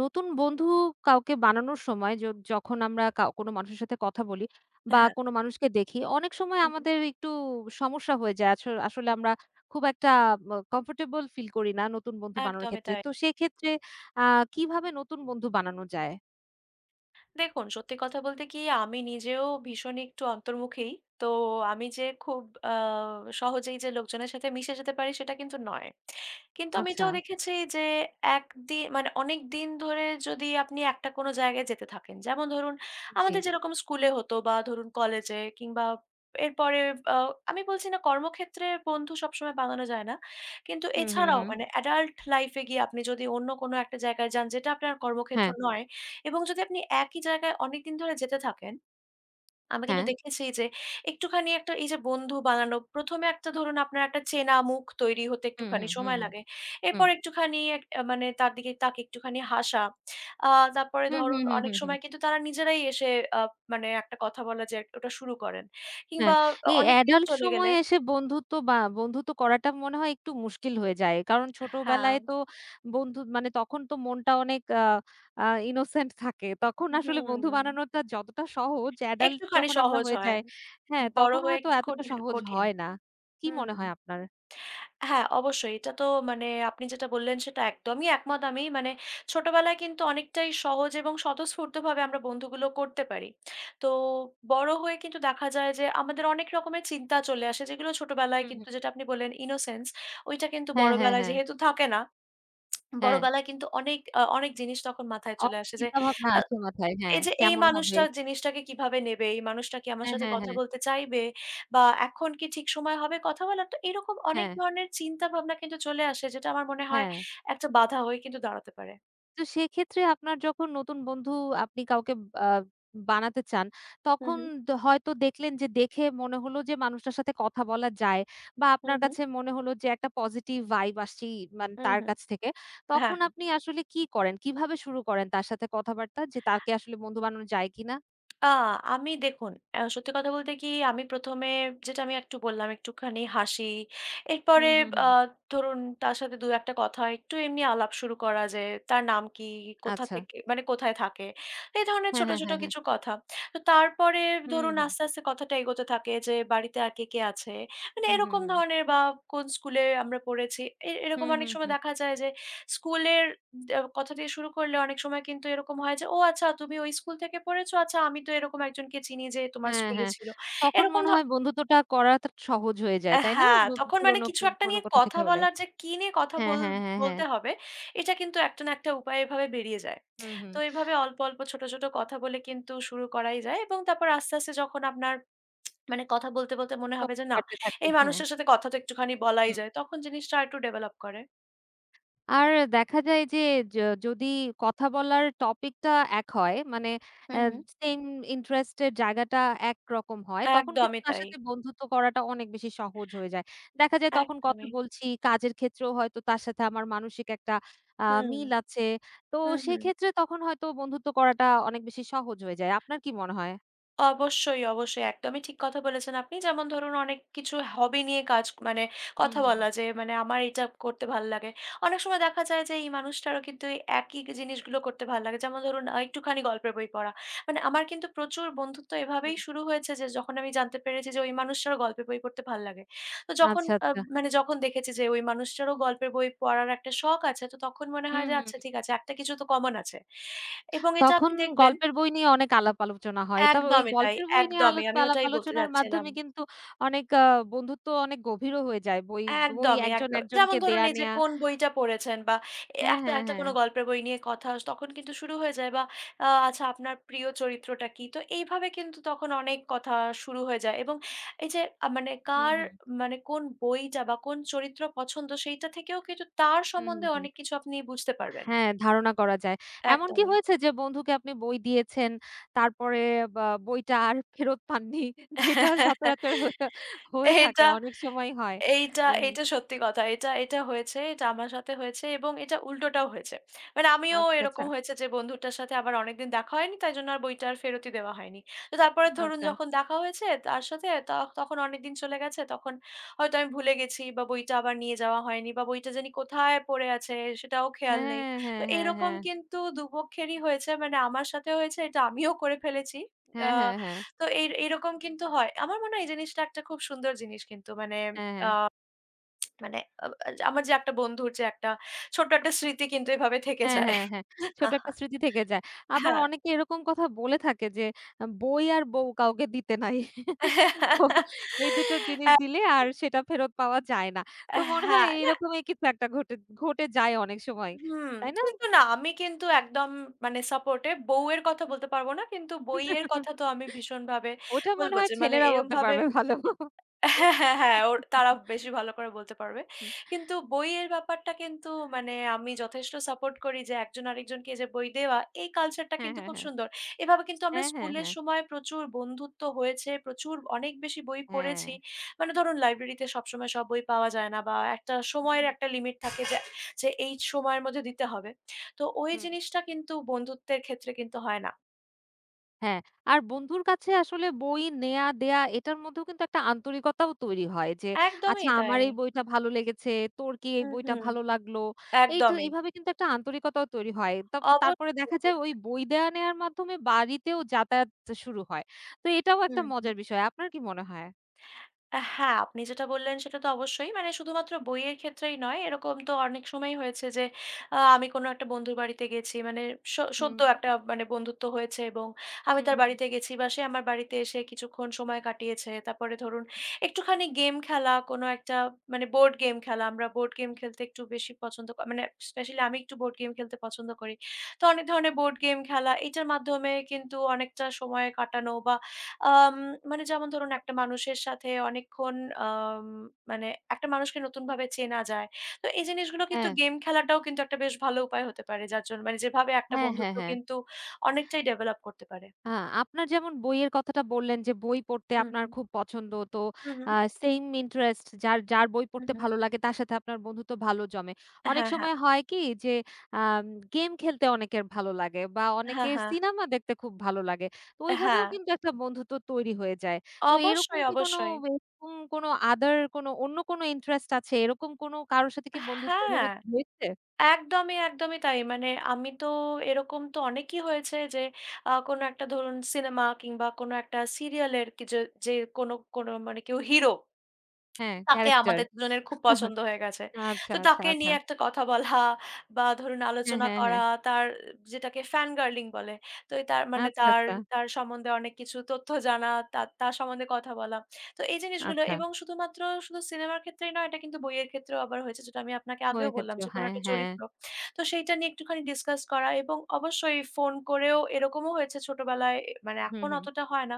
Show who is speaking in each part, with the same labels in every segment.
Speaker 1: নতুন বন্ধু কাউকে বানানোর সময় যখন আমরা কোনো মানুষের সাথে কথা বলি বা
Speaker 2: হ্যাঁ,
Speaker 1: কোনো মানুষকে দেখি, অনেক সময়
Speaker 2: হু, হুম।
Speaker 1: আমাদের একটু সমস্যা হয়ে যায়। আসলে আমরা খুব একটা কমফোর্টেবল ফিল করি না নতুন বন্ধু বানানোর
Speaker 2: একদমই
Speaker 1: ক্ষেত্রে।
Speaker 2: তাই।
Speaker 1: তো সেক্ষেত্রে আ কিভাবে নতুন বন্ধু বানানো যায়?
Speaker 2: দেখুন, সত্যি কথা বলতে কি আমি নিজেও ভীষণ একটু অন্তর্মুখী। তো আমি যে খুব আ সহজেই যে লোকজনের সাথে মিশে যেতে পারি সেটা কিন্তু নয়। কিন্তু আমি
Speaker 1: আচ্ছা,
Speaker 2: এটাও দেখেছি যে মানে অনেকদিন ধরে যদি আপনি একটা কোনো জায়গায় যেতে থাকেন, যেমন ধরুন
Speaker 1: জি।
Speaker 2: আমাদের যেরকম স্কুলে হতো বা ধরুন কলেজে কিংবা এরপরে আ আমি বলছি না কর্মক্ষেত্রে বন্ধু সবসময় বানানো যায় না। কিন্তু হুম।
Speaker 1: হুম, হুম,
Speaker 2: এছাড়াও
Speaker 1: হুম।
Speaker 2: মানে অ্যাডাল্ট লাইফ এ গিয়ে আপনি যদি অন্য কোনো একটা জায়গায় যান যেটা আপনার কর্মক্ষেত্র
Speaker 1: হ্যাঁ,
Speaker 2: নয় এবং যদি আপনি একই জায়গায় অনেকদিন ধরে যেতে থাকেন, আমি
Speaker 1: হ্যাঁ।
Speaker 2: কিন্তু দেখেছি যে একটুখানি একটা এই যে বন্ধু বানানো, ১ম এ একটা ধরুন আপনার একটা চেনা মুখ তৈরি হতে
Speaker 1: হুম,
Speaker 2: একটুখানি
Speaker 1: হুম, হুম,
Speaker 2: সময়
Speaker 1: হুম।
Speaker 2: লাগে।
Speaker 1: হুম,
Speaker 2: এরপর একটুখানি এক আ মানে তার দিকে তাকে একটুখানি হাসা। আ তারপরে
Speaker 1: হুম, হুম,
Speaker 2: ধরুন
Speaker 1: হুম,
Speaker 2: অনেক
Speaker 1: হুম। হুম,
Speaker 2: সময় কিন্তু তারা নিজেরাই এসে আ মানে একটা কথা বলা যে ওটা শুরু করেন।
Speaker 1: হ্যাঁ,
Speaker 2: কিংবা
Speaker 1: এই
Speaker 2: অনেকদিন
Speaker 1: অ্যাডাল্ট
Speaker 2: চলে গেলে
Speaker 1: সময়ে এসে বন্ধুত্ব বা বন্ধুত্ব করাটা মনে হয় একটু মুশকিল হয়ে যায়। কারণ
Speaker 2: হ্যাঁ,
Speaker 1: ছোটবেলায় তো বন্ধু মানে তখন তো মনটা অনেক আ আ ইনোসেন্ট থাকে। তখন আসলে বন্ধু
Speaker 2: হুম,
Speaker 1: বানানোটা যতটা সহজ অ্যাডাল্ট
Speaker 2: একটুখানি
Speaker 1: যখন আমরা
Speaker 2: সহজ
Speaker 1: হয়ে
Speaker 2: হয়।
Speaker 1: যাই, হ্যাঁ,
Speaker 2: বড়
Speaker 1: তখন
Speaker 2: হয়ে
Speaker 1: হয়তো
Speaker 2: একটু
Speaker 1: এতটা
Speaker 2: কঠিন
Speaker 1: সহজ
Speaker 2: কঠিন।
Speaker 1: হয় না। কি
Speaker 2: হুম।
Speaker 1: মনে হয় আপনার?
Speaker 2: হ্যাঁ, অবশ্যই। এটা তো মানে আপনি যেটা বললেন সেটা একদমই একমত আমি। মানে ছোটবেলায় কিন্তু অনেকটাই সহজ এবং স্বতঃস্ফূর্তভাবে আমরা বন্ধুগুলো করতে পারি। তো বড় হয়ে কিন্তু দেখা যায় যে আমাদের অনেক রকমের চিন্তা চলে আসে যেগুলো ছোটবেলায়
Speaker 1: হুম,
Speaker 2: কিন্তু
Speaker 1: হুম।
Speaker 2: যেটা আপনি বললেন ইনোসেন্স ওইটা কিন্তু
Speaker 1: হ্যাঁ, হ্যাঁ,
Speaker 2: বড়বেলায়
Speaker 1: হ্যাঁ,
Speaker 2: যেহেতু থাকে না,
Speaker 1: হ্যাঁ।
Speaker 2: বড়বেলায় কিন্তু অনেক অনেক জিনিস তখন মাথায় চলে
Speaker 1: অনেক
Speaker 2: আসে যে
Speaker 1: চিন্তাভাবনা আসে মাথায়। হ্যাঁ,
Speaker 2: এই যে এই
Speaker 1: কেমন হবে?
Speaker 2: মানুষটা জিনিসটাকে কিভাবে নেবে? এই মানুষটা কি আমার
Speaker 1: হ্যাঁ,
Speaker 2: সাথে
Speaker 1: হ্যাঁ,
Speaker 2: কথা
Speaker 1: হ্যাঁ,
Speaker 2: বলতে চাইবে? বা এখন কি ঠিক সময় হবে কথা বলার? তো এরকম অনেক
Speaker 1: হ্যাঁ,
Speaker 2: ধরনের চিন্তা ভাবনা কিন্তু চলে আসে যেটা আমার মনে হয়
Speaker 1: হ্যাঁ।
Speaker 2: একটা বাধা হয়ে কিন্তু দাঁড়াতে পারে।
Speaker 1: তো সেক্ষেত্রে আপনার যখন নতুন বন্ধু আপনি কাউকে আ বানাতে চান,
Speaker 2: হু,
Speaker 1: তখন
Speaker 2: হু,
Speaker 1: হয়তো দেখলেন যে দেখে মনে হলো যে মানুষটার সাথে কথা বলা যায় বা
Speaker 2: হু,
Speaker 1: আপনার
Speaker 2: হু,
Speaker 1: কাছে মনে হলো যে একটা পজিটিভ ভাইব আসছেই মানে
Speaker 2: হু,
Speaker 1: তার
Speaker 2: হু।
Speaker 1: কাছ থেকে। তখন
Speaker 2: হ্যাঁ।
Speaker 1: আপনি আসলে কি করেন? কিভাবে শুরু করেন তার সাথে কথাবার্তা যে তাকে আসলে বন্ধু বানানো যায় কিনা?
Speaker 2: আ আমি দেখুন, সত্যি কথা বলতে কি আমি ১ম এ যেটা আমি একটু বললাম একটুখানি হাসি। এরপরে
Speaker 1: হুম, হুম,
Speaker 2: আ
Speaker 1: হুম।
Speaker 2: ধরুন তার সাথে ২-১ টা কথা একটু এমনি আলাপ শুরু করা যে তার নাম কি? কোথা
Speaker 1: আচ্ছা।
Speaker 2: থেকে মানে কোথায় থাকে? এই ধরনের
Speaker 1: হ্যাঁ,
Speaker 2: ছোট,
Speaker 1: হ্যাঁ,
Speaker 2: ছোট
Speaker 1: হ্যাঁ, হ্যাঁ।
Speaker 2: কিছু কথা। তো তারপরে
Speaker 1: হুম,
Speaker 2: ধরুন
Speaker 1: হুম,
Speaker 2: আস্তে, আস্তে কথাটা এগোতে থাকে যে বাড়িতে আর কে, কে আছে? মানে
Speaker 1: হুম, হুম,
Speaker 2: এরকম
Speaker 1: হুম,
Speaker 2: ধরনের বা কোন স্কুলে আমরা পড়েছি। এরকম
Speaker 1: হুম,
Speaker 2: অনেক
Speaker 1: হুম,
Speaker 2: সময়
Speaker 1: হুম।
Speaker 2: দেখা যায় যে স্কুলের কথা দিয়ে শুরু করলে অনেক সময় কিন্তু এরকম হয় যে, "ও আচ্ছা তুমি ওই স্কুল থেকে পড়েছো? আচ্ছা আমি তো এরকম একজনকে চিনি যে তোমার
Speaker 1: হ্যাঁ,
Speaker 2: স্কুলে
Speaker 1: হ্যাঁ।
Speaker 2: ছিল।"
Speaker 1: তখন
Speaker 2: এরকম
Speaker 1: মনে
Speaker 2: ধ
Speaker 1: হয় বন্ধুত্বটা করাটা সহজ হয়ে যায়,
Speaker 2: আ
Speaker 1: তাই না?
Speaker 2: হ্যাঁ, তখন মানে
Speaker 1: পুরনো
Speaker 2: কিছু একটা
Speaker 1: পুরনো
Speaker 2: নিয়ে
Speaker 1: কথা থেকে
Speaker 2: কথা
Speaker 1: হলে।
Speaker 2: বলার যে কি নিয়ে কথা
Speaker 1: হ্যাঁ, হ্যাঁ, হ্যাঁ, হ্যাঁ।
Speaker 2: বলতে হবে, এটা কিন্তু একটা না একটা উপায়ে এভাবে বেরিয়ে যায়।
Speaker 1: হুম, হুম।
Speaker 2: তো এভাবে অল্প, অল্প ছোট, ছোট কথা বলে কিন্তু শুরু করাই যায় এবং তারপর আস্তে, আস্তে যখন আপনার মানে কথা বলতে, বলতে মনে হবে
Speaker 1: সময়
Speaker 2: যে, "না,
Speaker 1: বাড়তে থাকে,
Speaker 2: এই
Speaker 1: হ্যাঁ।
Speaker 2: মানুষটার সাথে কথা তো একটুখানি বলাই
Speaker 1: হুম।
Speaker 2: যায়।" তখন জিনিসটা আরেকটু ডেভেলপ করে।
Speaker 1: আর দেখা যায় যে য যদি কথা বলার টপিকটা এক হয় মানে অ্যা
Speaker 2: হুম, হুম।
Speaker 1: সেম ইন্টারেস্ট এর জায়গাটা একরকম হয়, তখন কিন্তু
Speaker 2: একদমই
Speaker 1: তার
Speaker 2: তাই।
Speaker 1: সাথে বন্ধুত্ব করাটা অনেক বেশি সহজ হয়ে যায়। দেখা যায় তখন কথা
Speaker 2: একদমই।
Speaker 1: বলছি, কাজের ক্ষেত্রেও হয়তো তার সাথে আমার মানসিক একটা
Speaker 2: হুম,
Speaker 1: মিল আছে। তো
Speaker 2: হুম, হুম।
Speaker 1: সেক্ষেত্রে তখন হয়তো বন্ধুত্ব করাটা অনেক বেশি সহজ হয়ে যায়। আপনার কি মনে হয়?
Speaker 2: অবশ্যই, অবশ্যই। একদমই ঠিক কথা বলেছেন আপনি। যেমন ধরুন অনেক কিছু হবি নিয়ে কাজ মানে
Speaker 1: হুম,
Speaker 2: কথা
Speaker 1: হুম,
Speaker 2: বলা যে মানে আমার এটা করতে ভাল লাগে। অনেক সময় দেখা যায় যে এই মানুষটারও কিন্তু এই একই জিনিসগুলো করতে ভাল লাগে। যেমন ধরুন একটুখানি গল্পের বই পড়া। মানে আমার কিন্তু প্রচুর বন্ধুত্ব এভাবেই
Speaker 1: হুম।
Speaker 2: শুরু হয়েছে যে যখন আমি জানতে পেরেছি যে ওই মানুষটারও গল্পের বই পড়তে ভাল লাগে। তো যখন
Speaker 1: আচ্ছা,
Speaker 2: আ
Speaker 1: আচ্ছা।
Speaker 2: মানে যখন দেখেছি যে ওই মানুষটারও গল্পের বই পড়ার একটা শখ আছে তো তখন মনে হয়
Speaker 1: হুম,
Speaker 2: যে
Speaker 1: হুম।
Speaker 2: আচ্ছা ঠিক আছে একটা কিছু তো কমন আছে। এবং এটা
Speaker 1: তখন
Speaker 2: আপনি দেখবেন
Speaker 1: গল্পের বই নিয়ে অনেক আলাপ আলোচনা হয়। তবে ওই
Speaker 2: একদম এটাই,
Speaker 1: গল্পের বই নিয়ে
Speaker 2: একদমই। আমি
Speaker 1: আলাপ
Speaker 2: ওটাই বলতে
Speaker 1: আলোচনার
Speaker 2: যাচ্ছিলাম।
Speaker 1: মাধ্যমে কিন্তু অনেক বন্ধুত্ব অনেক গভীরও হয়ে যায়। বই বই
Speaker 2: একদমই,
Speaker 1: একজন
Speaker 2: একদম।
Speaker 1: একজনকে
Speaker 2: যেমন ধরুন
Speaker 1: দেয়া
Speaker 2: এই যে
Speaker 1: নেয়া।
Speaker 2: কোন বইটা পড়েছেন বা এ
Speaker 1: হ্যাঁ,
Speaker 2: একটা
Speaker 1: হ্যাঁ,
Speaker 2: একটা
Speaker 1: হ্যাঁ।
Speaker 2: কোনো গল্পের বই নিয়ে কথা তখন কিন্তু শুরু হয়ে যায় বা আচ্ছা আপনার প্রিয় চরিত্রটা কি? তো এইভাবে কিন্তু তখন অনেক কথা শুরু হয়ে যায় এবং এই যে মানে
Speaker 1: হুম,
Speaker 2: কার
Speaker 1: হুম।
Speaker 2: মানে কোন বইটা বা কোন চরিত্র পছন্দ সেইটা থেকেও কিন্তু তার
Speaker 1: হুম, হুম,
Speaker 2: সম্বন্ধে
Speaker 1: হুম।
Speaker 2: অনেক কিছু আপনি বুঝতে পারবেন।
Speaker 1: হ্যাঁ, ধারণা করা যায়। এমন কি
Speaker 2: একদমই।
Speaker 1: হয়েছে যে বন্ধুকে আপনি বই দিয়েছেন, তারপরে বা বইটা আর ফেরত পাননি? যেটা সচরাচর হয়ে হয়ে থাকে,
Speaker 2: এটা
Speaker 1: অনেক সময় হয়।
Speaker 2: এইটা,
Speaker 1: উম
Speaker 2: এইটা সত্যি কথা। এটা, এটা হয়েছে। এটা আমার সাথে হয়েছে এবং এটা উল্টোটাও হয়েছে। মানে আমিও
Speaker 1: আচ্ছা, আচ্ছা,
Speaker 2: এরকম হয়েছে যে বন্ধুটার সাথে আমার অনেকদিন দেখা হয়নি। তাই জন্য আর বইটা আর ফেরতই দেওয়া হয়নি। তো তারপরে ধরুন
Speaker 1: আচ্ছা।
Speaker 2: যখন দেখা হয়েছে তার সাথে তখন অনেকদিন চলে গেছে। তখন হয়তো আমি ভুলে গেছি বা বইটা আবার নিয়ে যাওয়া হয়নি বা বইটা জানি কোথায় পড়ে আছে সেটাও খেয়াল নেই।
Speaker 1: হ্যাঁ,
Speaker 2: তো
Speaker 1: হ্যাঁ, হ্যাঁ,
Speaker 2: এরকম
Speaker 1: হ্যাঁ।
Speaker 2: কিন্তু দুপক্ষেরই হয়েছে। মানে আমার সাথে হয়েছে এটা আমিও করে ফেলেছি। আ
Speaker 1: হ্যাঁ, হ্যাঁ, হ্যাঁ।
Speaker 2: তো এই এইরকম কিন্তু হয়। আমার মনে হয় এই জিনিসটা একটা খুব সুন্দর জিনিস কিন্তু। মানে
Speaker 1: হ্যাঁ, হ্যাঁ।
Speaker 2: মানে আ আ আমার যে একটা বন্ধুর যে একটা ছোট্ট একটা স্মৃতি কিন্তু এভাবে থেকে
Speaker 1: হ্যাঁ,
Speaker 2: যায়।
Speaker 1: হ্যাঁ, হ্যাঁ। ছোট একটা স্মৃতি থেকে যায়। আবার
Speaker 2: হ্যাঁ।
Speaker 1: অনেকে এরকম কথা বলে থাকে যে, বই আর বউ কাউকে দিতে নাই। তো এই ২ টো জিনিস দিলে আর
Speaker 2: একদমই।
Speaker 1: সেটা ফেরত পাওয়া যায় না। তো মনে হয়
Speaker 2: হ্যাঁ, না
Speaker 1: এইরকমই কিছু একটা ঘটে ঘটে যায় অনেক সময়।
Speaker 2: হুম,
Speaker 1: তাই না?
Speaker 2: কিন্তু না আমি কিন্তু একদম মানে সাপোর্টিভ। বউয়ের কথা বলতে পারব না। কিন্তু বইয়ের কথা তো আমি ভীষণভাবে
Speaker 1: ওটা মনে
Speaker 2: বলব
Speaker 1: হয়
Speaker 2: যে মানে
Speaker 1: ছেলেরা বলতে
Speaker 2: এরমভাবে
Speaker 1: পারবে ভালো।
Speaker 2: হ্যাঁ, হ্যাঁ, হ্যাঁ, ওর তারা বেশি ভালো করে বলতে পারবে। কিন্তু বইয়ের ব্যাপারটা কিন্তু মানে আমি যথেষ্ট সাপোর্ট করি যে একজন আরেকজনকে যে বই দেওয়া, এই কালচারটা
Speaker 1: হ্যাঁ,
Speaker 2: কিন্তু
Speaker 1: হ্যাঁ,
Speaker 2: খুব
Speaker 1: হ্যাঁ।
Speaker 2: সুন্দর। এভাবে কিন্তু আমরা
Speaker 1: হ্যাঁ, হ্যাঁ,
Speaker 2: স্কুলের
Speaker 1: হ্যাঁ।
Speaker 2: সময় প্রচুর বন্ধুত্ব হয়েছে, প্রচুর অনেক বেশি বই
Speaker 1: হ্যাঁ।
Speaker 2: পড়েছি। মানে ধরুন লাইব্রেরিতে সবসময় সব বই পাওয়া যায় না বা একটা সময়ের
Speaker 1: হুম,
Speaker 2: একটা লিমিট থাকে যে, যে এই সময়ের মধ্যে দিতে হবে। তো ওই
Speaker 1: হুম।
Speaker 2: জিনিসটা কিন্তু বন্ধুত্বের ক্ষেত্রে কিন্তু হয় না।
Speaker 1: হ্যাঁ, আর বন্ধুর কাছে আসলে বই নেয়া দেয়া এটার মধ্যেও কিন্তু একটা আন্তরিকতাও তৈরি হয় যে, আচ্ছা
Speaker 2: একদমই
Speaker 1: আমার
Speaker 2: তাই।
Speaker 1: এই বইটা ভালো লেগেছে, তোর কি এই
Speaker 2: হুম,
Speaker 1: বইটা
Speaker 2: হুম।
Speaker 1: ভালো লাগলো? এই তো
Speaker 2: একদমই।
Speaker 1: এইভাবে কিন্তু একটা আন্তরিকতাও তৈরি হয়। তারপরে
Speaker 2: অবশ্যই,
Speaker 1: দেখা যায় ওই
Speaker 2: অবশ্যই।
Speaker 1: বই দেয়া নেয়ার মাধ্যমে বাড়িতেও যাতায়াত শুরু হয়। তো এটাও একটা
Speaker 2: হুম, হুম।
Speaker 1: মজার বিষয়। আপনার কি মনে হয়?
Speaker 2: হ্যাঁ, আপনি যেটা বললেন সেটা তো অবশ্যই। মানে শুধুমাত্র বইয়ের ক্ষেত্রেই নয়, এরকম তো অনেক সময়ই হয়েছে যে আমি কোনো একটা বন্ধুর বাড়িতে গেছি। মানে
Speaker 1: হুম,
Speaker 2: সদ্য একটা মানে বন্ধুত্ব হয়েছে এবং আমি
Speaker 1: হুম,
Speaker 2: তার
Speaker 1: হুম, হুম।
Speaker 2: বাড়িতে গেছি বা সে আমার বাড়িতে এসে কিছুক্ষণ সময় কাটিয়েছে। তারপরে ধরুন একটুখানি গেম খেলা, কোনো একটা মানে বোর্ড গেম খেলা। আমরা বোর্ড গেম খেলতে একটু বেশি পছন্দ মানে স্পেশালি আমি একটু বোর্ড গেম খেলতে পছন্দ করি। তো অনেক ধরনের বোর্ড গেম খেলা, এইটার মাধ্যমে কিন্তু অনেকটা সময় কাটানো বা আম মানে যেমন ধরুন একটা মানুষের সাথে অনেকক্ষণ আম মানে একটা মানুষকে নতুনভাবে চেনা যায়। তো এই জিনিসগুলো কিন্তু
Speaker 1: হ্যাঁ,
Speaker 2: গেম খেলাটাও কিন্তু একটা বেশ ভালো উপায় হতে পারে। যার জন্য মানে যেভাবে একটা
Speaker 1: হ্যাঁ, হ্যাঁ,
Speaker 2: বন্ধুত্ব
Speaker 1: হ্যাঁ।
Speaker 2: কিন্তু অনেকটাই ডেভেলপ করতে পারে।
Speaker 1: আ আপনার যেমন বইয়ের কথাটা বললেন যে, বই পড়তে
Speaker 2: হুম,
Speaker 1: আপনার
Speaker 2: হুম,
Speaker 1: খুব পছন্দ। তো
Speaker 2: হুম,
Speaker 1: আ
Speaker 2: হুম,
Speaker 1: সেইম ইন্টারেস্ট যার, যার বই
Speaker 2: হুম,
Speaker 1: পড়তে
Speaker 2: হুম।
Speaker 1: ভালো লাগে তার সাথে আপনার বন্ধুত্ব ভালো জমে। অনেক
Speaker 2: হ্যাঁ, হ্যাঁ,
Speaker 1: সময় হয় কি যে, আম গেম খেলতে অনেকের ভালো লাগে বা
Speaker 2: হ্যাঁ,
Speaker 1: অনেকের
Speaker 2: হ্যাঁ,
Speaker 1: সিনেমা দেখতে খুব ভালো লাগে। তো ওইভাবেও
Speaker 2: হ্যাঁ।
Speaker 1: কিন্তু একটা বন্ধুত্ব তৈরি হয়ে যায়। তো এরকম
Speaker 2: অবশ্যই,
Speaker 1: কি কোনো
Speaker 2: অবশ্যই।
Speaker 1: এরকম কোনো আদার কোনো অন্য কোনো ইন্টারেস্ট আছে? এরকম কোনো কারো সাথে কি বন্ধুত্ব
Speaker 2: হ্যাঁ,
Speaker 1: এভাবে হয়েছে?
Speaker 2: একদমই, একদমই তাই। মানে আমি তো এরকম তো অনেকই হয়েছে যে কোনো একটা ধরুন সিনেমা কিংবা কোনো একটা সিরিয়ালের কি যে যে কোনো কোনো মানে কেউ হিরো
Speaker 1: হ্যাঁ,
Speaker 2: তাকে
Speaker 1: ক্যারাক্টার।
Speaker 2: আমাদের দুজনের খুব পছন্দ হয়ে গেছে।
Speaker 1: আচ্ছা,
Speaker 2: তো
Speaker 1: আচ্ছা,
Speaker 2: তাকে
Speaker 1: আচ্ছা।
Speaker 2: নিয়ে একটা কথা বলা বা ধরুন
Speaker 1: হ্যাঁ,
Speaker 2: আলোচনা
Speaker 1: হ্যাঁ,
Speaker 2: করা,
Speaker 1: হ্যাঁ।
Speaker 2: তার যেটাকে ফ্যান গার্লিং বলে। তো এই তার মানে
Speaker 1: আচ্ছা,
Speaker 2: তার,
Speaker 1: আচ্ছা,
Speaker 2: তার সম্বন্ধে অনেক কিছু তথ্য জানা, তার সম্বন্ধে কথা বলা। তো এই জিনিসগুলো
Speaker 1: আচ্ছা।
Speaker 2: এবং শুধু সিনেমার ক্ষেত্রেই নয়, এটা কিন্তু বইয়ের ক্ষেত্রেও আবার হয়েছে যেটা আমি আপনাকে আগেও
Speaker 1: বইয়ের
Speaker 2: বললাম
Speaker 1: ক্ষেত্রেও
Speaker 2: যে কোনো
Speaker 1: হ্যাঁ,
Speaker 2: একটা
Speaker 1: হ্যাঁ।
Speaker 2: চরিত্র। তো সেইটা নিয়ে একটুখানি ডিসকাস করা এবং অবশ্যই ফোন করেও এরকমও হয়েছে ছোটবেলায় মানে
Speaker 1: হুম,
Speaker 2: এখন
Speaker 1: হুম।
Speaker 2: অতটা হয় না।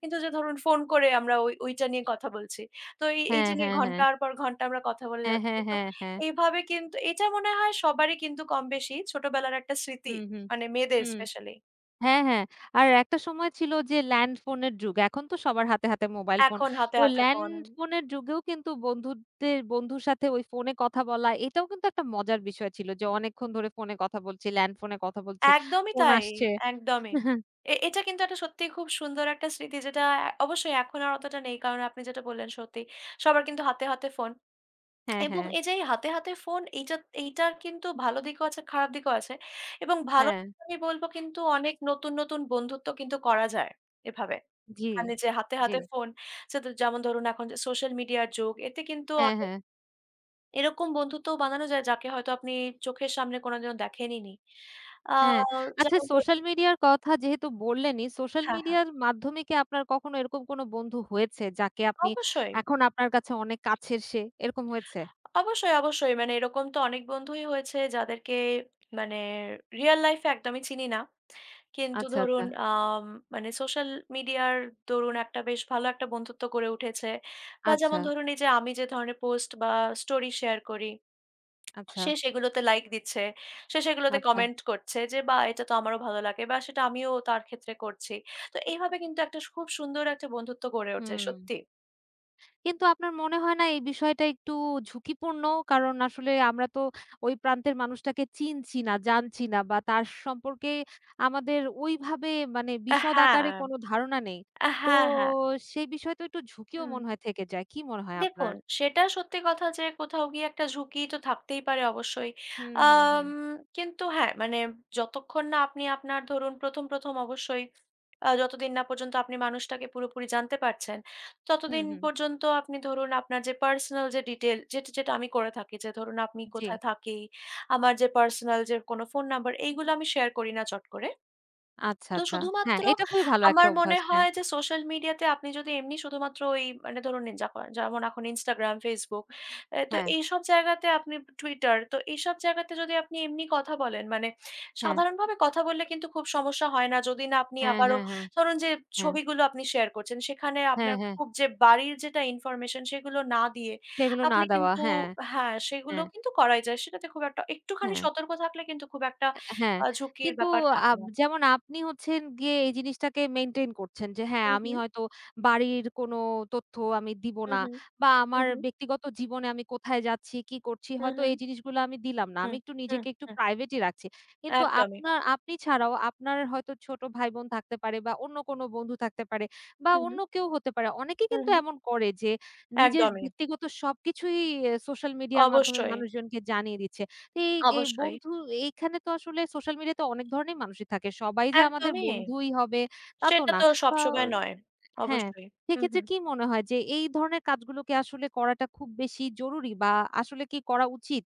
Speaker 2: কিন্তু যে ধরুন ফোন করে আমরা ওইটা নিয়ে কথা বলছি। তো এই
Speaker 1: হ্যাঁ,
Speaker 2: এইটা নিয়ে
Speaker 1: হ্যাঁ, হ্যাঁ।
Speaker 2: ঘন্টার পর ঘন্টা আমরা কথা বলে
Speaker 1: হ্যাঁ,
Speaker 2: যাচ্ছি।
Speaker 1: হ্যাঁ,
Speaker 2: তো
Speaker 1: হ্যাঁ, হ্যাঁ।
Speaker 2: এইভাবে কিন্তু এটা মনে হয় সবারই কিন্তু কমবেশি ছোটবেলার একটা স্মৃতি।
Speaker 1: হুম, হুম,
Speaker 2: মানে মেয়েদের
Speaker 1: হুম।
Speaker 2: স্পেশালি।
Speaker 1: হ্যাঁ, হ্যাঁ। আর একটা সময় ছিল যে ল্যান্ড ফোনের যুগ। এখন তো সবার হাতে, হাতে মোবাইল ফোন।
Speaker 2: এখন হাতে,
Speaker 1: ওই
Speaker 2: হাতে
Speaker 1: ল্যান্ড
Speaker 2: ফোন।
Speaker 1: ফোনের যুগেও কিন্তু বন্ধুদের বন্ধুর সাথে ওই ফোনে কথা বলা এটাও কিন্তু একটা মজার বিষয় ছিল যে অনেকক্ষণ ধরে ফোনে কথা বলছি, ল্যান্ড ফোনে কথা বলছি।
Speaker 2: একদমই
Speaker 1: ফোন
Speaker 2: তাই,
Speaker 1: আসছে।
Speaker 2: একদমই। এটা কিন্তু একটা সত্যিই খুব সুন্দর একটা স্মৃতি যেটা অবশ্যই এখন আর অতটা নেই। কারণ আপনি যেটা বললেন সত্যি। সবার কিন্তু হাতে, হাতে ফোন।
Speaker 1: হ্যাঁ,
Speaker 2: এবং
Speaker 1: হ্যাঁ,
Speaker 2: এই যে এই হাতে, হাতে ফোন এইটার কিন্তু ভালো দিকও আছে, খারাপ দিকও আছে। এবং ভালো
Speaker 1: হ্যাঁ।
Speaker 2: দিক আমি বলব কিন্তু অনেক নতুন, নতুন বন্ধুত্ব কিন্তু করা যায় এভাবে।
Speaker 1: জি,
Speaker 2: মানে যে হাতে,
Speaker 1: জি।
Speaker 2: হাতে ফোন সেতো যেমন ধরুন এখন যে সোশ্যাল মিডিয়ার যুগ এতে কিন্তু
Speaker 1: হ্যাঁ,
Speaker 2: অনেক
Speaker 1: হ্যাঁ।
Speaker 2: এরকম বন্ধুত্বও বানানো যায় যাকে হয়তো আপনি চোখের সামনে কোনোদিনও দেখেনই নি। আ
Speaker 1: হ্যাঁ। আচ্ছা
Speaker 2: যেমন ধরুন
Speaker 1: সোশ্যাল মিডিয়ার কথা যেহেতু বললেনই, সোশ্যাল
Speaker 2: হ্যাঁ, হ্যাঁ
Speaker 1: মিডিয়ার মাধ্যমে কি আপনার কখনো এরকম কোনো বন্ধু হয়েছে যাকে আপনি
Speaker 2: অবশ্যই।
Speaker 1: এখন আপনার কাছে অনেক কাছের সে? এরকম হয়েছে?
Speaker 2: অবশ্যই, অবশ্যই। মানে এরকম তো অনেক বন্ধুই হয়েছে যাদেরকে মানে রিয়াল লাইফ এ একদমই চিনি না। কিন্তু
Speaker 1: আচ্ছা, আচ্ছা,
Speaker 2: ধরুন মানে সোশ্যাল মিডিয়ার দরুন একটা বেশ ভালো একটা বন্ধুত্ব গড়ে উঠেছে। বা
Speaker 1: আচ্ছা,
Speaker 2: যেমন ধরুন এই যে আমি যে ধরনের পোস্ট বা স্টোরি শেয়ার করি,
Speaker 1: আচ্ছা,
Speaker 2: সেগুলোতে লাইক দিচ্ছে। সেগুলোতে
Speaker 1: আচ্ছা।
Speaker 2: কমেন্ট করছে যে, "বাহ! এটা তো আমারও ভালো লাগে" বা "সেটা আমিও তার ক্ষেত্রে করছি।" তো এইভাবে কিন্তু একটা খুব সুন্দর একটা বন্ধুত্ব গড়ে ওঠে,
Speaker 1: হুম।
Speaker 2: সত্যি।
Speaker 1: কিন্তু আপনার মনে হয় না এই বিষয়টা একটু ঝুঁকিপূর্ণ? কারণ আসলে আমরা তো ওই প্রান্তের মানুষটাকে চিনছি না, জানছি না বা তার সম্পর্কে আমাদের ওইভাবে মানে বিশদ
Speaker 2: হ্যাঁ,
Speaker 1: আকারে কোনো ধারণা নেই। তো
Speaker 2: হ্যাঁ, হ্যাঁ।
Speaker 1: সেই বিষয় তো একটু ঝুঁকিও
Speaker 2: হুম।
Speaker 1: মনে হয় থেকে যায়। কি মনে হয় আপনার?
Speaker 2: দেখুন, সেটা সত্যি কথা যে কোথাও গিয়ে একটা ঝুঁকি তো থাকতেই পারে অবশ্যই।
Speaker 1: হুম, হুম, হুম।
Speaker 2: আম কিন্তু হ্যাঁ, মানে যতক্ষণ না আপনি আপনার ধরুন ১ম অবশ্যই যতদিন না পর্যন্ত আপনি মানুষটাকে পুরোপুরি জানতে পারছেন,
Speaker 1: হুম,
Speaker 2: ততদিন
Speaker 1: হুম।
Speaker 2: পর্যন্ত আপনি ধরুন আপনার যে পার্সোনাল যে ডিটেইল যেটা, যেটা আমি করে থাকি যে ধরুন আপনি
Speaker 1: জি।
Speaker 2: কোথায় থাকি, আমার যে পার্সোনাল যে কোনো ফোন নাম্বার এইগুলো আমি শেয়ার করি না চট করে।
Speaker 1: আচ্ছা,
Speaker 2: তো
Speaker 1: আচ্ছা। হ্যাঁ,
Speaker 2: শুধুমাত্র
Speaker 1: এটা খুবই ভালো একটা
Speaker 2: আমার মনে
Speaker 1: অভ্যাস। হ্যাঁ,
Speaker 2: হয় যে সোশ্যাল মিডিয়াতে আপনি যদি এমনি শুধুমাত্র ওই মানে ধরুন নিন যখন যেমন এখন Instagram, Facebook এ তো
Speaker 1: হ্যাঁ,
Speaker 2: এইসব জায়গাতে আপনি Twitter তো এইসব জায়গাতে যদি আপনি এমনি কথা বলেন মানে সাধারণভাবে কথা বললে কিন্তু খুব সমস্যা হয় না। যদি না আপনি
Speaker 1: হ্যাঁ,
Speaker 2: আবারও
Speaker 1: হ্যাঁ, হ্যাঁ, হ্যাঁ,
Speaker 2: ধরুন যে
Speaker 1: হ্যাঁ, হ্যাঁ, হ্যাঁ।
Speaker 2: ছবিগুলো আপনি শেয়ার করছেন সেখানে
Speaker 1: হ্যাঁ,
Speaker 2: আপনার
Speaker 1: হ্যাঁ,
Speaker 2: খুব যে বাড়ির যেটা ইনফরমেশন সেগুলো না দিয়ে
Speaker 1: সেগুলো না
Speaker 2: আপনি
Speaker 1: দেওয়া।
Speaker 2: কিন্তু
Speaker 1: হ্যাঁ,
Speaker 2: হ্যাঁ, সেগুলো
Speaker 1: হ্যাঁ,
Speaker 2: কিন্তু করাই যায়। সেটাতে খুব একটা একটুখানি
Speaker 1: হ্যাঁ।
Speaker 2: সতর্ক থাকলে কিন্তু খুব একটা
Speaker 1: অ্যা হ্যাঁ,
Speaker 2: ঝুঁকির
Speaker 1: কিন্তু
Speaker 2: ব্যাপার থাকে না।
Speaker 1: যেমন আপনি হচ্ছেন গিয়ে এই জিনিসটাকে মেইনটেইন করছেন যে হ্যাঁ,
Speaker 2: হু,
Speaker 1: আমি
Speaker 2: হু।
Speaker 1: হয়তো বাড়ির কোনো তথ্য আমি দিব
Speaker 2: হুম,
Speaker 1: না
Speaker 2: হুম,
Speaker 1: বা
Speaker 2: হুম,
Speaker 1: আমার
Speaker 2: হুম,
Speaker 1: ব্যক্তিগত জীবনে আমি কোথায় যাচ্ছি, কি করছি
Speaker 2: হুম,
Speaker 1: হয়তো
Speaker 2: হুম,
Speaker 1: এই জিনিসগুলো আমি দিলাম না। আমি
Speaker 2: হুম,
Speaker 1: একটু
Speaker 2: হুম,
Speaker 1: নিজেকে একটু
Speaker 2: হুম,
Speaker 1: প্রাইভেটই রাখছি। কিন্তু
Speaker 2: একদমই।
Speaker 1: আপনার আপনি ছাড়াও আপনার হয়তো ছোট ভাই-বোন থাকতে পারে বা অন্য কোনো বন্ধু থাকতে পারে বা
Speaker 2: হুম,
Speaker 1: অন্য
Speaker 2: হুম,
Speaker 1: কেউ হতে পারে। অনেকেই
Speaker 2: হুম,
Speaker 1: কিন্তু
Speaker 2: হুম,
Speaker 1: এমন করে যে নিজের
Speaker 2: একদমই।
Speaker 1: ব্যক্তিগত সবকিছুই সোশ্যাল মিডিয়ার মাধ্যমে
Speaker 2: অবশ্যই,
Speaker 1: মানুষজনকে জানিয়ে দিচ্ছে। এই, এই
Speaker 2: অবশ্যই।
Speaker 1: বন্ধু এইখানে তো আসলে সোশ্যাল মিডিয়াতে অনেক ধরনের মানুষই থাকে। সবাই যে আমাদের
Speaker 2: একদমই।
Speaker 1: বন্ধুই হবে তা তো
Speaker 2: সেটা
Speaker 1: না।
Speaker 2: তো
Speaker 1: আ
Speaker 2: সবসময় নয়।
Speaker 1: হ্যাঁ,
Speaker 2: অবশ্যই। হুম,
Speaker 1: সেক্ষেত্রে
Speaker 2: হুম।
Speaker 1: কি মনে হয় যে এই ধরনের কাজগুলোকে আসলে করাটা খুব বেশি জরুরি বা আসলে কি করা উচিত?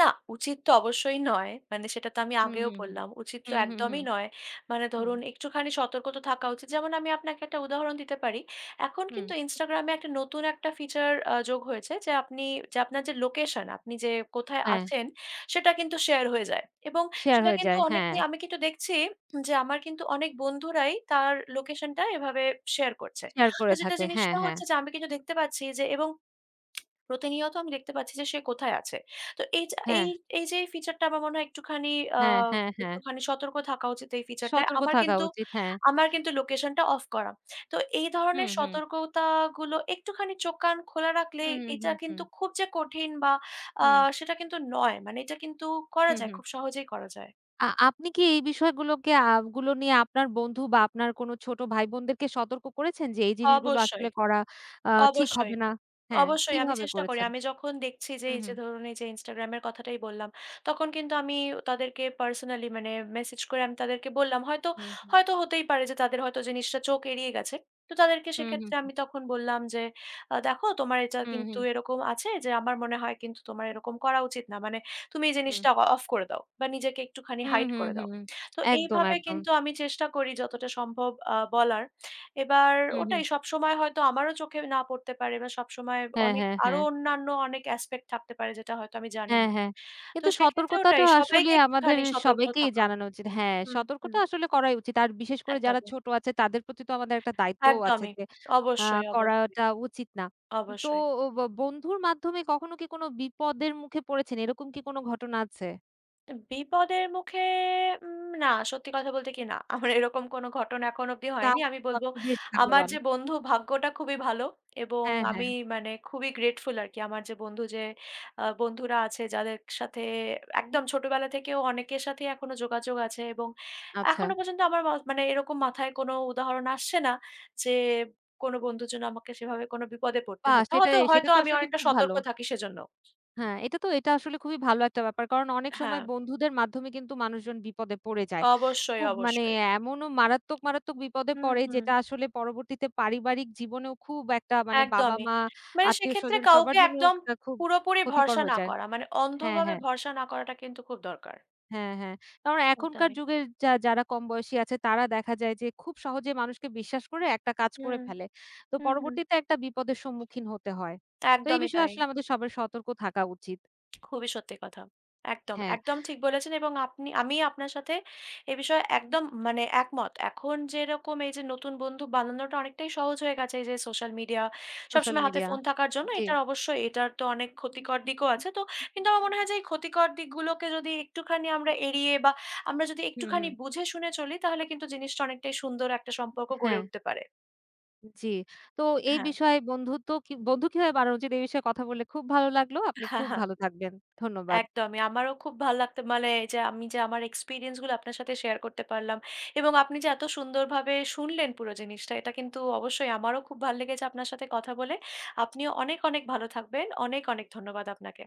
Speaker 2: না, উচিত তো অবশ্যই নয়। মানে সেটা তো আমি
Speaker 1: হুম,
Speaker 2: আগেও
Speaker 1: হুম, হুম।
Speaker 2: বললাম। উচিত তো
Speaker 1: হুম, হুম, হুম,
Speaker 2: একদমই নয়। মানে
Speaker 1: হুম,
Speaker 2: ধরুন একটুখানি সতর্ক তো থাকা উচিত। যেমন আমি আপনাকে একটা উদাহরণ দিতে পারি। এখন
Speaker 1: হুম।
Speaker 2: কিন্তু Instagram এ একটা নতুন একটা ফিচার যোগ হয়েছে যে আপনি যে আপনার যে লোকেশন, আপনি যে কোথায়
Speaker 1: হ্যাঁ,
Speaker 2: আছেন সেটা কিন্তু শেয়ার হয়ে যায়। এবং
Speaker 1: শেয়ার
Speaker 2: সেটা
Speaker 1: হয়ে
Speaker 2: কিন্তু
Speaker 1: যায়। হ্যাঁ,
Speaker 2: অনেকেই আমি কিন্তু দেখছি যে আমার কিন্তু অনেক বন্ধুরাই তার লোকেশনটা এভাবে শেয়ার করছে।
Speaker 1: শেয়ার
Speaker 2: তো
Speaker 1: করে
Speaker 2: যেটা
Speaker 1: থাকে। হ্যাঁ,
Speaker 2: জিনিসটা
Speaker 1: হ্যাঁ,
Speaker 2: হচ্ছে যে আমি কিন্তু দেখতে পাচ্ছি যে এবং প্রতিনিয়ত আমি দেখতে পাচ্ছি যে সে কোথায় আছে। তো এই যে
Speaker 1: হ্যাঁ,
Speaker 2: এই এই যে ফিচারটা আমার মনে হয় একটুখানি আ
Speaker 1: হ্যাঁ, হ্যাঁ, হ্যাঁ।
Speaker 2: একটুখানি সতর্ক থাকা উচিত এই ফিচারটায়।
Speaker 1: সতর্ক
Speaker 2: আমার
Speaker 1: থাকা
Speaker 2: কিন্তু
Speaker 1: উচিত। হ্যাঁ।
Speaker 2: আমার কিন্তু লোকেশনটা অফ করা। তো এই
Speaker 1: হুম,
Speaker 2: ধরনের
Speaker 1: হুম।
Speaker 2: সতর্কতাগুলো একটুখানি চোখ কান খোলা রাখলে
Speaker 1: হুম, হুম,
Speaker 2: এটা
Speaker 1: হুম, হুম,
Speaker 2: কিন্তু খুব যে কঠিন বা আ
Speaker 1: হুম,
Speaker 2: সেটা কিন্তু নয়। মানে এটা কিন্তু করা
Speaker 1: হুম,
Speaker 2: যায়,
Speaker 1: হুম।
Speaker 2: খুব সহজেই করা যায়।
Speaker 1: আপনি কি এই বিষয়গুলোকে আ গুলো নিয়ে আপনার বন্ধু বা আপনার কোনো ছোট ভাই-বোনদেরকে সতর্ক করেছেন যে এই জিনিসগুলো আসলে
Speaker 2: অবশ্যই,
Speaker 1: করা আ ঠিক হবে
Speaker 2: অবশ্যই।
Speaker 1: না? হ্যাঁ,
Speaker 2: অবশ্যই আমি
Speaker 1: কিভাবে
Speaker 2: চেষ্টা করি।
Speaker 1: করেছেন?
Speaker 2: আমি যখন দেখছি যে
Speaker 1: হুম,
Speaker 2: এই যে
Speaker 1: হুম,
Speaker 2: ধরুন এই যে Instagram এর কথাটাই বললাম, তখন কিন্তু আমি তাদেরকে পার্সোনালি মানে মেসেজ করে আমি তাদেরকে বললাম। হয়তো,
Speaker 1: হুম, হুম,
Speaker 2: হয়তো হতেই পারে যে তাদের হয়তো জিনিসটা চোখ এড়িয়ে গেছে। তো তাদেরকে
Speaker 1: হুম, হুম,
Speaker 2: সেক্ষেত্রে
Speaker 1: হুম,
Speaker 2: আমি তখন বললাম যে, "দেখো তোমার এটা
Speaker 1: হুম,
Speaker 2: কিন্তু
Speaker 1: হুম,
Speaker 2: এরকম আছে যে আমার মনে হয় কিন্তু তোমার এরকম করা উচিত না। মানে তুমি এই
Speaker 1: হুম,
Speaker 2: জিনিসটা অফ করে দাও বা নিজেকে একটুখানি
Speaker 1: হুম,
Speaker 2: হাইড
Speaker 1: হুম,
Speaker 2: করে দাও।"
Speaker 1: হুম, হুম।
Speaker 2: তো
Speaker 1: একদম,
Speaker 2: এইভাবে
Speaker 1: একদম।
Speaker 2: কিন্তু আমি চেষ্টা করি যতটা সম্ভব বলার। এবার
Speaker 1: হুম, হুম।
Speaker 2: ওটাই সবসময় হয়তো আমারও চোখে না পড়তে পারে বা সবসময়
Speaker 1: হ্যাঁ,
Speaker 2: অনেক
Speaker 1: হ্যাঁ,
Speaker 2: আরো
Speaker 1: হ্যাঁ।
Speaker 2: অন্যান্য অনেক অ্যাসপেক্ট থাকতে পারে যেটা হয়তো আমি জানি
Speaker 1: হ্যাঁ,
Speaker 2: না।
Speaker 1: হ্যাঁ।
Speaker 2: তো
Speaker 1: কিন্তু
Speaker 2: সেক্ষেত্রে
Speaker 1: সতর্কতাটা
Speaker 2: ওটাই
Speaker 1: আসলে
Speaker 2: সবাইকে
Speaker 1: আমাদের
Speaker 2: একটুখানি সতর্ক
Speaker 1: সবাইকেই
Speaker 2: থাকা।
Speaker 1: জানানো উচিত। হ্যাঁ,
Speaker 2: হুম, হুম,
Speaker 1: সতর্কটা আসলে করাই উচিত। আর বিশেষ করে যারা
Speaker 2: একদমই,
Speaker 1: ছোট আছে তাদের প্রতি তো আমাদের একটা দায়িত্বও আছে
Speaker 2: একদমই।
Speaker 1: যে আ
Speaker 2: অবশ্যই, অবশ্যই,
Speaker 1: করাটা উচিত না। তো
Speaker 2: অবশ্যই।
Speaker 1: বন্ধুর মাধ্যমে কখনো কি কোনো বিপদের মুখে পড়েছেন? এরকম কি কোনো ঘটনা আছে?
Speaker 2: বিপদের মুখে না, সত্যি কথা বলতে কি না। আমার এরকম কোনো ঘটনা এখনো অব্দি হয়নি।
Speaker 1: তাহলে
Speaker 2: আমি
Speaker 1: তো
Speaker 2: বলব
Speaker 1: আপনি বেশ
Speaker 2: আমার
Speaker 1: ভাগ্যবান।
Speaker 2: যে বন্ধু ভাগ্যটা খুবই ভালো এবং
Speaker 1: হ্যাঁ, হ্যাঁ।
Speaker 2: আমি মানে খুবই গ্রেটফুল আরকি। আমার যে বন্ধু যে বন্ধুরা আছে যাদের সাথে একদম ছোটবেলা থেকেও অনেকের সাথেই এখনো যোগাযোগ আছে এবং
Speaker 1: আচ্ছা।
Speaker 2: এখনো পর্যন্ত আমার মানে এরকম মাথায় কোনো উদাহরণ আসছে না যে কোনো বন্ধুর জন্য আমাকে সেভাবে কোনো বিপদে পড়তে
Speaker 1: বাহ!
Speaker 2: হয়েছে।
Speaker 1: সেটা
Speaker 2: হয়তো,
Speaker 1: সেটা
Speaker 2: হয়তো
Speaker 1: তো
Speaker 2: আমি
Speaker 1: আসলে
Speaker 2: অনেকটা
Speaker 1: খুব ভালো।
Speaker 2: সতর্ক থাকি সেজন্য।
Speaker 1: হ্যাঁ, এটা তো এটা আসলে খুবই ভালো একটা ব্যাপার। কারণ অনেক সময়
Speaker 2: হ্যাঁ,
Speaker 1: বন্ধুদের মাধ্যমে কিন্তু মানুষজন বিপদে পড়ে যায়।
Speaker 2: অবশ্যই,
Speaker 1: খুব মানে
Speaker 2: অবশ্যই।
Speaker 1: এমনও মারাত্মক, মারাত্মক বিপদে
Speaker 2: হুম,
Speaker 1: পড়ে
Speaker 2: হুম।
Speaker 1: যেটা আসলে পরবর্তীতে পারিবারিক জীবনেও খুব একটা মানে
Speaker 2: একদমই।
Speaker 1: বাবা-মা,
Speaker 2: মানে সেক্ষেত্রে
Speaker 1: আত্মীয়স্বজন সবার
Speaker 2: কাউকে
Speaker 1: জন্য
Speaker 2: একদম
Speaker 1: একটা খুব
Speaker 2: পুরোপুরি
Speaker 1: ক্ষতিকর
Speaker 2: ভরসা
Speaker 1: হয়ে
Speaker 2: না
Speaker 1: যায়।
Speaker 2: করা। মানে
Speaker 1: হ্যাঁ,
Speaker 2: অন্ধভাবে
Speaker 1: হ্যাঁ,
Speaker 2: ভরসা না করাটা কিন্তু খুব দরকার।
Speaker 1: হ্যাঁ, হ্যাঁ। কারণ এখনকার
Speaker 2: একদমই।
Speaker 1: যুগের যারা কম বয়সী আছে তারা দেখা যায় যে খুব সহজে মানুষকে বিশ্বাস করে একটা কাজ করে
Speaker 2: হুম,
Speaker 1: ফেলে। তো
Speaker 2: হুম, হুম।
Speaker 1: পরবর্তীতে একটা বিপদের সম্মুখীন হতে হয়। তো এই
Speaker 2: একদমই
Speaker 1: বিষয়ে
Speaker 2: তাই।
Speaker 1: আসলে আমাদের সবার সতর্ক থাকা উচিত।
Speaker 2: খুবই সত্যি কথা। একদম,
Speaker 1: হ্যাঁ,
Speaker 2: একদম ঠিক বলেছেন এবং আপনি আমি আপনার সাথে এ বিষয়ে একদম মানে একমত। এখন যেরকম এই যে নতুন বন্ধু বানানোটা অনেকটাই সহজ হয়ে গেছে এই যে সোশ্যাল মিডিয়া
Speaker 1: সোশ্যাল
Speaker 2: সবসময় হাতে
Speaker 1: মিডিয়া।
Speaker 2: ফোন থাকার জন্য
Speaker 1: জি।
Speaker 2: এটার অবশ্যই এটার তো অনেক ক্ষতিকর দিকও আছে। তো কিন্তু আমার মনে হয় যে এই ক্ষতিকর দিকগুলোকে যদি একটুখানি আমরা এড়িয়ে বা আমরা যদি
Speaker 1: হুম,
Speaker 2: একটুখানি
Speaker 1: হুম।
Speaker 2: বুঝে শুনে চলি তাহলে কিন্তু জিনিসটা অনেকটাই সুন্দর একটা সম্পর্ক গড়ে
Speaker 1: হ্যাঁ।
Speaker 2: উঠতে পারে।
Speaker 1: জি। তো এই
Speaker 2: হ্যাঁ।
Speaker 1: বিষয়ে বন্ধু কিভাবে বাড়ানো উচিত? এই বিষয়ে কথা বলে খুব ভালো লাগলো। আপনি খুব ভালো থাকবেন। ধন্যবাদ।
Speaker 2: একদমই। আমারও খুব ভাল লাগতো মানে এই যে আমি যে আমার এক্সপেরিয়েন্স গুলো আপনার সাথে শেয়ার করতে পারলাম এবং আপনি যে এত সুন্দরভাবে শুনলেন পুরো জিনিসটা, এটা কিন্তু অবশ্যই আমারও খুব ভাল লেগেছে আপনার সাথে কথা বলে। আপনিও অনেক, অনেক ভালো থাকবেন। অনেক, অনেক ধন্যবাদ আপনাকে।